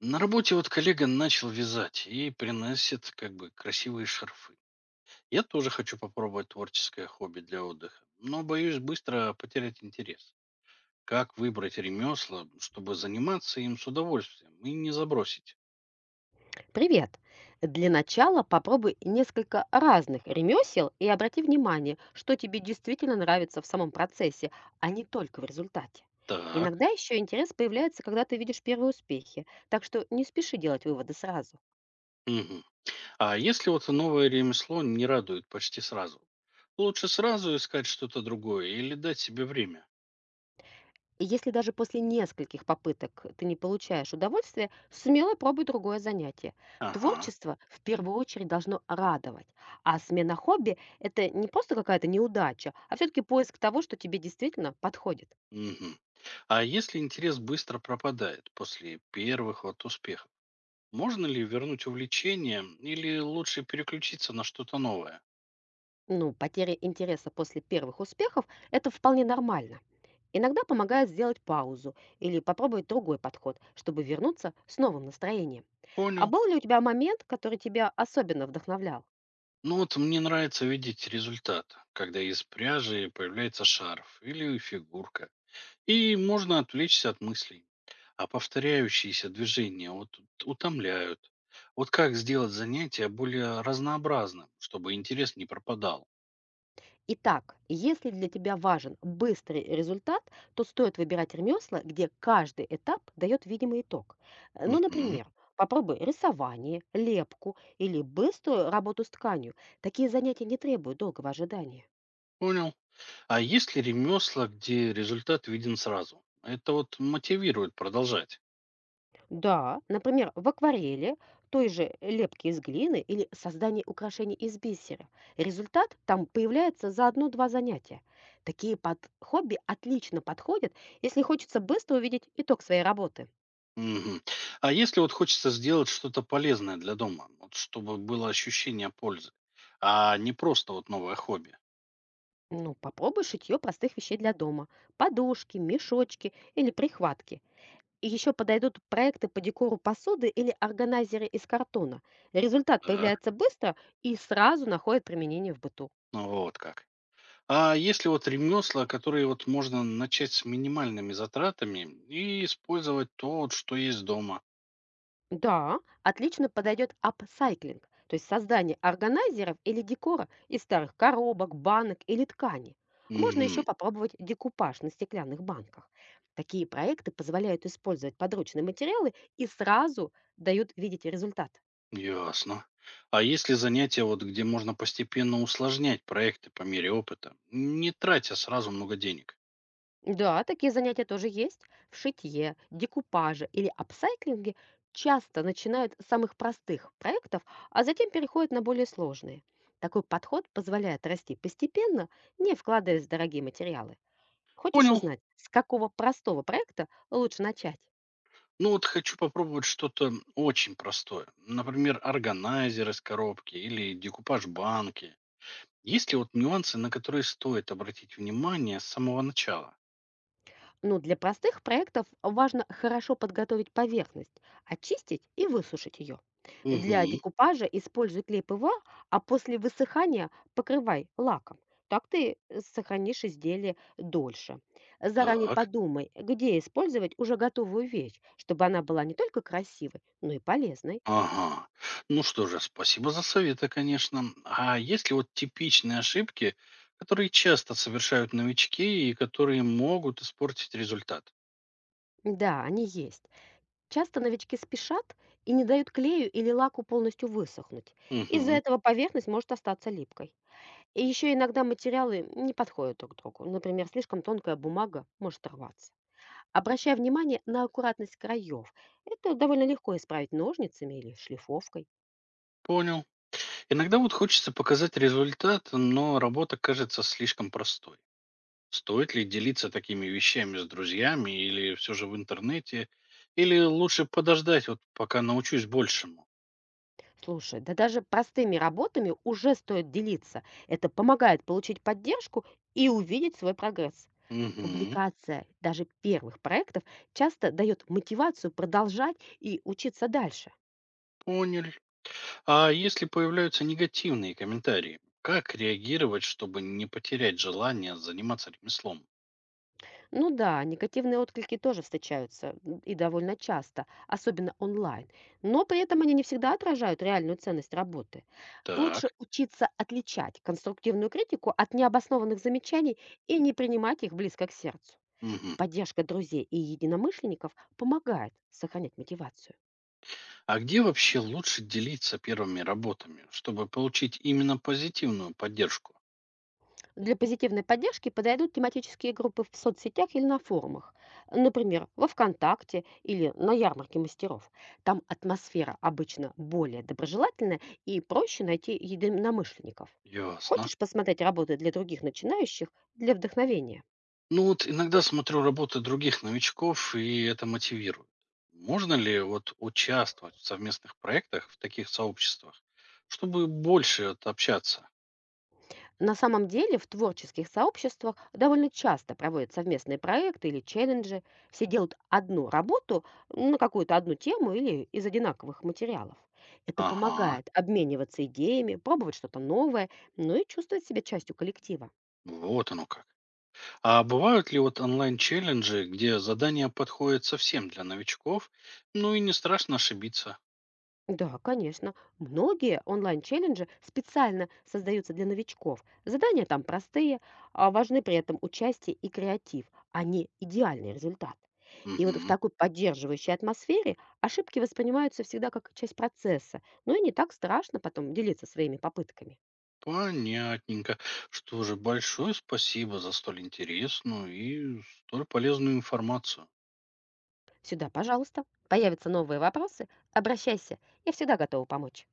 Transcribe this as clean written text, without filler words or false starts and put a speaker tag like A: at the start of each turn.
A: На работе вот коллега начал вязать и приносит как бы красивые шарфы. Я тоже хочу попробовать творческое хобби для отдыха, но боюсь быстро потерять интерес. Как выбрать ремесла, чтобы заниматься им с удовольствием и не забросить?
B: Привет! Для начала попробуй несколько разных ремесел и обрати внимание, что тебе действительно нравится в самом процессе, а не только в результате.
A: Так.
B: Иногда еще интерес появляется, когда ты видишь первые успехи, так что не спеши делать выводы сразу.
A: Мгм. А если вот новое ремесло не радует почти сразу? Лучше сразу искать что-то другое или дать себе время?
B: И если даже после нескольких попыток ты не получаешь удовольствия, смело пробуй другое занятие.
A: Ага.
B: Творчество в первую очередь должно радовать, а смена хобби– это не просто какая-то неудача, а все-таки поиск того, что тебе действительно подходит.
A: Мгм. А если интерес быстро пропадает после первых вот успехов? Можно ли вернуть увлечение или лучше переключиться на что-то новое?
B: Ну, потеря интереса после первых успехов– это вполне нормально. Иногда помогает сделать паузу или попробовать другой подход, чтобы вернуться с новым настроением. А
A: Понял.
B: был ли у тебя момент, который тебя особенно вдохновлял?
A: Ну вот мне нравится видеть результат, когда из пряжи появляется шарф или фигурка. И можно отвлечься от мыслей. А повторяющиеся движения вот утомляют. Вот как сделать занятие более разнообразным, чтобы интерес не пропадал?
B: Итак, если для тебя важен быстрый результат, то стоит выбирать ремесла, где каждый этап дает видимый итог. Ну,
A: Мгм.
B: например, попробуй рисование, лепку или быструю работу с тканью. Такие занятия не требуют долгого ожидания.
A: Понял. А есть ли ремесла, где результат виден сразу? Это вот мотивирует продолжать.
B: Да, например, в акварели, той же лепки из глины или создание украшений из бисера. Результат там появляется за одно-два занятия. Такие под хобби отлично подходят, если хочется быстро увидеть итог своей работы.
A: Мгм. А если вот хочется сделать что-то полезное для дома, вот чтобы было ощущение пользы, а не просто вот новое хобби?
B: Ну, попробуй шитье простых вещей для дома. Подушки, мешочки или прихватки. И еще подойдут проекты по декору посуды или органайзеры из картона. Результат
A: Так.
B: появляется быстро и сразу находит применение в быту.
A: Ну, вот как. А если вот ремесла, которые вот можно начать с минимальными затратами и использовать то, вот, что есть дома?
B: Да, отлично подойдет апсайклинг, то есть создание органайзеров или декора из старых коробок, банок или ткани. Можно еще
A: Угу,
B: попробовать декупаж на стеклянных банках. Такие проекты позволяют использовать подручные материалы и сразу дают видеть результат.
A: ясно. А есть ли занятия, вот, где можно постепенно усложнять проекты по мере опыта, не тратя сразу много денег?
B: Да, такие занятия тоже есть. В шитье, декупаже или апсайклинге часто начинают с самых простых проектов, а затем переходят на более сложные. Такой подход позволяет расти постепенно, не вкладываясь в дорогие материалы. Хочешь
A: Понял.
B: узнать, с какого простого проекта лучше начать?
A: Ну вот хочу попробовать что-то очень простое. Например, органайзер из коробки или декупаж банки. Есть ли вот нюансы, на которые стоит обратить внимание с самого начала?
B: Ну, для простых проектов важно хорошо подготовить поверхность, очистить и высушить ее. Для
A: Угу,
B: декупажа используй клей ПВА, а после высыхания покрывай лаком. Так ты сохранишь изделие дольше. Заранее
A: так.
B: подумай, где использовать уже готовую вещь, чтобы она была не только красивой, но и полезной.
A: Ага. Ну что же, спасибо за советы, конечно. А есть ли вот типичные ошибки, которые часто совершают новички и которые могут испортить результат?
B: Да, они есть. Часто новички спешат и не дают клею или лаку полностью высохнуть. Из-за
A: Угу,
B: этого поверхность может остаться липкой. И еще иногда материалы не подходят друг другу. Например, слишком тонкая бумага может рваться. Обращая внимание на аккуратность краев. Это довольно легко исправить ножницами или шлифовкой.
A: понял. Иногда вот хочется показать результат, но работа кажется слишком простой. Стоит ли делиться такими вещами с друзьями или все же в интернете? Или лучше подождать, вот пока научусь большему?
B: Слушай, да даже простыми работами уже стоит делиться. Это помогает получить поддержку и увидеть свой прогресс.
A: Угу,
B: Публикация даже первых проектов часто дает мотивацию продолжать и учиться дальше.
A: понял. А если появляются негативные комментарии, как реагировать, чтобы не потерять желание заниматься ремеслом?
B: Ну да, негативные отклики тоже встречаются, и довольно часто, особенно онлайн. Но при этом они не всегда отражают реальную ценность работы. Лучше
A: Так.
B: учиться отличать конструктивную критику от необоснованных замечаний и не принимать их близко к сердцу.
A: Мгм.
B: Поддержка друзей и единомышленников помогает сохранять мотивацию.
A: А где вообще лучше делиться первыми работами, чтобы получить именно позитивную поддержку?
B: Для позитивной поддержки подойдут тематические группы в соцсетях или на форумах. Например, во ВКонтакте или на ярмарке мастеров. Там атмосфера обычно более доброжелательная и проще найти единомышленников.
A: Ясно.
B: Хочешь посмотреть работы для других начинающих для вдохновения?
A: Ну вот иногда смотрю работы других новичков, и это мотивирует. Можно ли вот участвовать в совместных проектах в таких сообществах, чтобы больше вот общаться?
B: На самом деле в творческих сообществах довольно часто проводят совместные проекты или челленджи. Все делают одну работу на какую-то одну тему или из одинаковых материалов. Это
A: Ага,
B: помогает обмениваться идеями, пробовать что-то новое, ну и чувствовать себя частью коллектива.
A: вот оно как. А бывают ли вот онлайн-челленджи, где задания подходят совсем для новичков, ну и не страшно ошибиться?
B: Да, конечно. Многие онлайн-челленджи специально создаются для новичков. Задания там простые, а важны при этом участие и креатив, а не идеальный результат. И вот в
A: Мгм,
B: такой поддерживающей атмосфере ошибки воспринимаются всегда как часть процесса, ну и не так страшно потом делиться своими попытками.
A: понятненько. Что же, большое спасибо за столь интересную и столь полезную информацию.
B: Сюда, пожалуйста, появятся новые вопросы, обращайся, я всегда готова помочь.